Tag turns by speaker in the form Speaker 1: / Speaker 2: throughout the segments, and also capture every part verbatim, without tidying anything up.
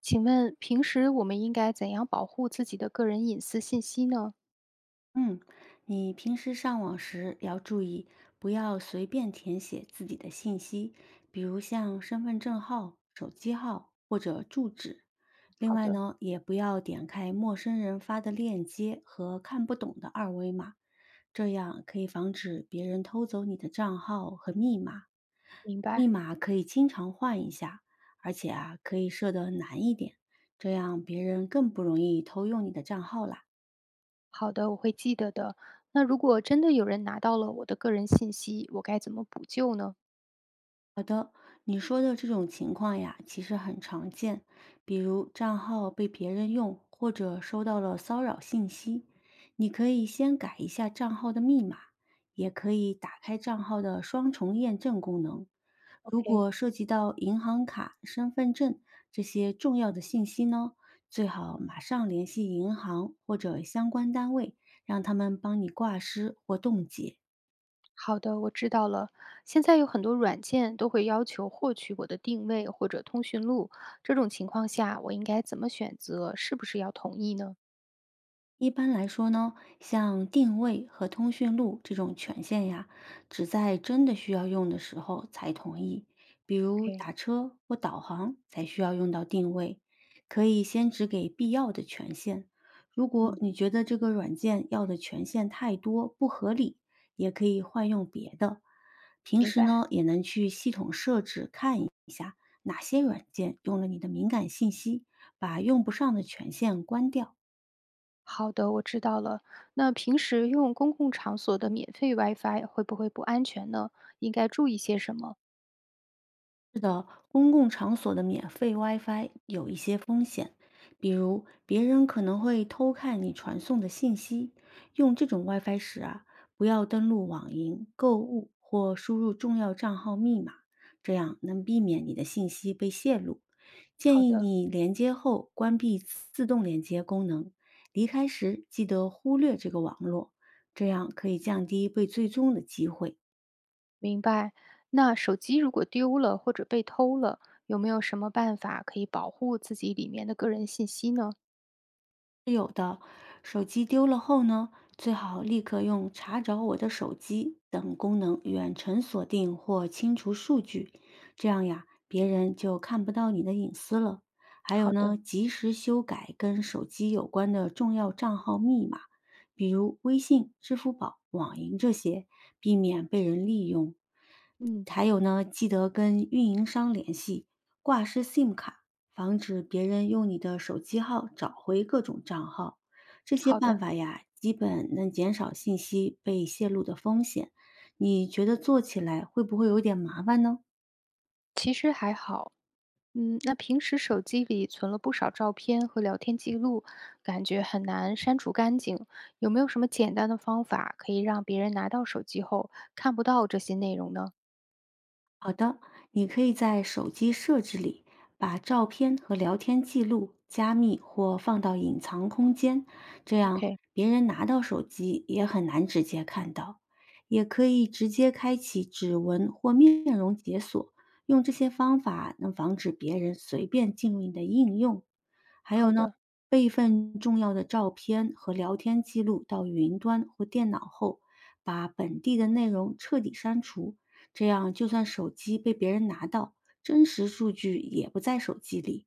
Speaker 1: 请问平时我们应该怎样保护自己的个人隐私信息呢？
Speaker 2: 嗯，你平时上网时要注意，不要随便填写自己的信息，比如像身份证号、手机号或者住址。另
Speaker 1: 好
Speaker 2: 外
Speaker 1: 的，
Speaker 2: 呢，也不要点开陌生人发的链接和看不懂的二维码，这样可以防止别人偷走你的账号和密码。
Speaker 1: 明
Speaker 2: 密
Speaker 1: 白，
Speaker 2: 码可以经常换一下，而且啊，可以设的难一点，这样别人更不容易偷用你的账号啦。
Speaker 1: 好的，我会记得的。那如果真的有人拿到了我的个人信息，我该怎么补救呢
Speaker 2: 你说的这种情况呀，其实很常见，比如账号被别人用，或者收到了骚扰信息，你可以先改一下账号的密码，也可以打开账号的双重验证功能。如
Speaker 1: ？OK，
Speaker 2: 果涉及到银行卡、身份证这些重要的信息呢，最好马上联系银行或者相关单位，让他们帮你挂失或冻结。
Speaker 1: 好的，我知道了。现在有很多软件都会要求获取我的定位或者通讯录，这种情况下我应该怎么选择？是不是要同意呢
Speaker 2: 一般来说呢，像定位和通讯录这种权限呀，只在真的需要用的时候才同意，比如
Speaker 1: ？OK，
Speaker 2: 打车或导航才需要用到定位，可以先只给必要的权限。如果
Speaker 1: 嗯，
Speaker 2: 你觉得这个软件要的权限太多不合理，也可以换用别的。平
Speaker 1: 明
Speaker 2: 时
Speaker 1: 白。
Speaker 2: 呢，也能去系统设置看一哪些软件用了你的敏感信息，把用不上的权限关掉。
Speaker 1: 好的，我知道了。那平时用公共场所的免费 WiFi 会不会不安全呢？应该注意些什么？
Speaker 2: 是的，公共场所的免费 WiFi 有一些风险，比如别人可能会偷看你传送的信息。用这种 WiFi 时啊，不要登录网银、购物或输入重要账号密码，这样能避免你的信息被泄露。建
Speaker 1: 好
Speaker 2: 议
Speaker 1: 的，
Speaker 2: 你连接后关闭自动连接功能，离开时记得忽略这个网络，这样可以降低被追踪的机会。
Speaker 1: 明白。那手机如果丢了或者被偷了，有没有什么办法可以保护自己里面的个人信息呢？
Speaker 2: 是有的，手机丢了后呢，最好立刻用“查找我的手机”等功能远程锁定或清除数据，这样呀，别人就看不到你的隐私了。还有
Speaker 1: 好
Speaker 2: 呢，
Speaker 1: 的，
Speaker 2: 及时修改跟手机有关的重要账号密码，比如微信、支付宝、网银这些，避免被人利用。
Speaker 1: 嗯，
Speaker 2: 还有呢，记得跟运营商联系，挂失 SIM 卡防止别人用你的手机号找回各种账号。这些
Speaker 1: 好
Speaker 2: 办
Speaker 1: 的。
Speaker 2: 法呀，基本能减少信息被泄露的风险。你觉得做起来会不会有点麻烦呢？
Speaker 1: 其实还好，嗯，那平时手机里存了不少照片和聊天记录，感觉很难删除干净。有没有什么简单的方法可以让别人拿到手机后看不到这些内容呢？
Speaker 2: 好的，你可以在手机设置里把照片和聊天记录加密或放到隐藏空间，这样
Speaker 1: OK，
Speaker 2: 别人拿到手机也很难直接看到。也可以直接开启指纹或面容解锁，用这些方法能防止别人随便进入你的应用。
Speaker 1: 好的，
Speaker 2: 备份重要的照片和聊天记录到云端或电脑后，把本地的内容彻底删除，这样就算手机被别人拿到，真实数据也不在手机里。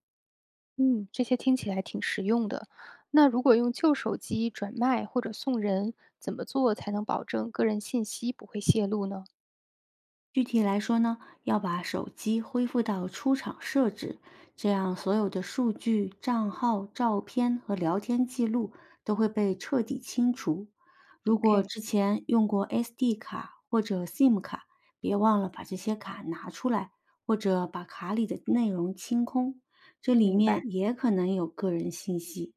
Speaker 1: 嗯，这些听起来挺实用的。那如果用旧手机转卖或者送人，怎么做才能保证个人信息不会泄露呢
Speaker 2: 具体来说呢，要把手机恢复到出厂设置，这样所有的数据、账号、照片和聊天记录都会被彻底清除。如果
Speaker 1: ？OK，
Speaker 2: 之前用过 S D 卡或者 SIM 卡，别忘了把这些卡拿出来，或者把卡里的内容清空，这里
Speaker 1: 明
Speaker 2: 面
Speaker 1: 白，
Speaker 2: 也可能有个人信息。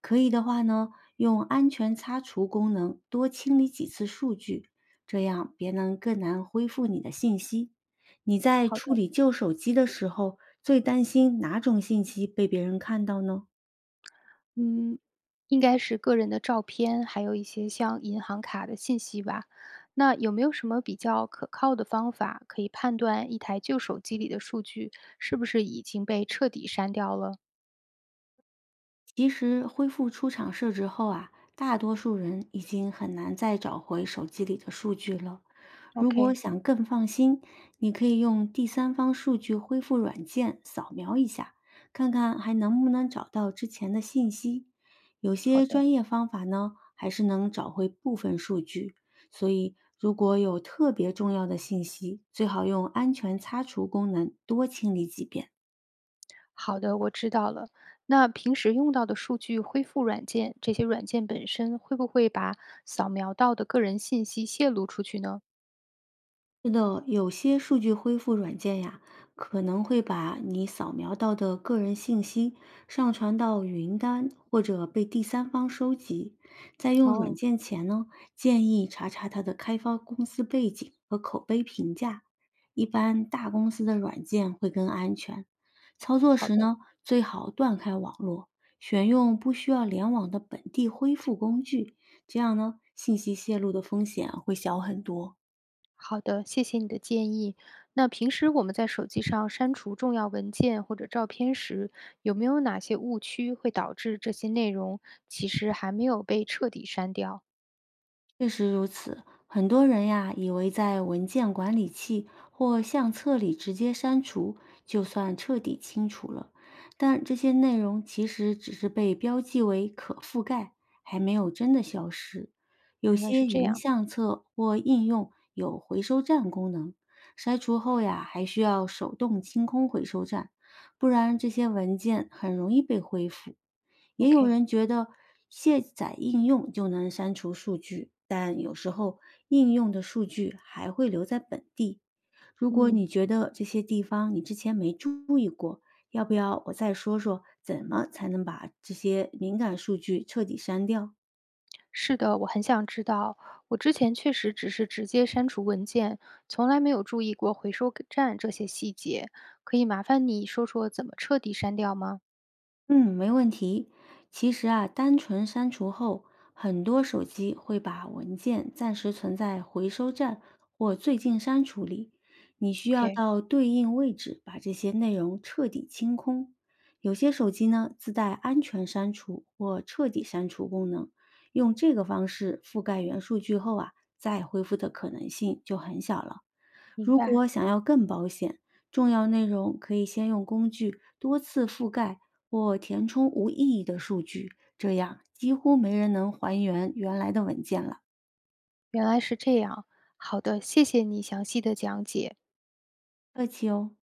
Speaker 2: 可以的话呢，用安全擦除功能多清理几次数据，这样别能更难恢复你的信息。你在
Speaker 1: 好
Speaker 2: 处
Speaker 1: 的，
Speaker 2: 理旧手机的时候，最担心哪种信息被别人看到呢？
Speaker 1: 嗯，应该是个人的照片，还有一些像银行卡的信息吧。那有没有什么比较可靠的方法可以判断一台旧手机里的数据是不是已经被彻底删掉了
Speaker 2: 其实恢复出厂设置后啊，大多数人已经很难再找回手机里的数据了。如果
Speaker 1: ？OK，
Speaker 2: 想更放心，你可以用第三方数据恢复软件扫描一下，看看还能不能找到之前的信息。有
Speaker 1: 好
Speaker 2: 些
Speaker 1: 的。
Speaker 2: 专业方法呢，还是能找回部分数据，所以如果有特别重要的信息，最好用安全擦除功能多清理几遍。
Speaker 1: 好的，我知道了。那平时用到的数据恢复软件，这些软件本身会不会把扫描到的个人信息泄露出去呢？
Speaker 2: 是的，有些数据恢复软件呀，可能会把你扫描到的个人信息上传到云端或者被第三方收集。在用软
Speaker 1: 哦，
Speaker 2: 件前呢，建议查查它的开发公司背景和口碑评价。一般大公司的软件会更安全。操作
Speaker 1: 好
Speaker 2: 时
Speaker 1: 的，
Speaker 2: 呢，最好断开网络，选用不需要联网的本地恢复工具，这样呢，信息泄露的风险会小很多。
Speaker 1: 好的，谢谢你的建议。那平时我们在手机上删除重要文件或者照片时，有没有哪些误区会导致这些内容其实还没有被彻底删掉？
Speaker 2: 确实如此，很多人呀以为在文件管理器或相册里直接删除，就算彻底清除了，但这些内容其实只是被标记为可覆盖，还没有真的消失。有
Speaker 1: 原来是
Speaker 2: 些
Speaker 1: 这
Speaker 2: 云
Speaker 1: 样
Speaker 2: 相册或应用有回收站功能，删除后呀还需要手动清空回收站，不然这些文件很容易被恢复。也有
Speaker 1: ，OK，
Speaker 2: 人觉得卸载应用就能删除数据，但有时候应用的数据还会留在本地。如果你
Speaker 1: 嗯。
Speaker 2: 觉得这些地方你之前没注意过，要不要我再说说怎么才能把这些敏感数据彻底删掉？
Speaker 1: 是的，我很想知道。我之前确实只是直接删除文件，从来没有注意过回收站这些细节。可以麻烦你说说怎么彻底删掉吗
Speaker 2: 嗯，没问题。其实啊，单纯删除后，很多手机会把文件暂时存在回收站或最近删除里，你需要
Speaker 1: ？OK，
Speaker 2: 到对应位置把这些内容彻底清空。有些手机呢，自带安全删除或彻底删除功能，用这个方式覆盖原数据后啊，再恢复的可能性就很小了。
Speaker 1: 明
Speaker 2: 如
Speaker 1: 白，
Speaker 2: 果想要更保险，重要内容可以先用工具多次覆盖或填充无意义的数据，这样几乎没人能还原原来的文件了。
Speaker 1: 原来是这样。好的，谢谢你详细的讲解。
Speaker 2: 客气哦。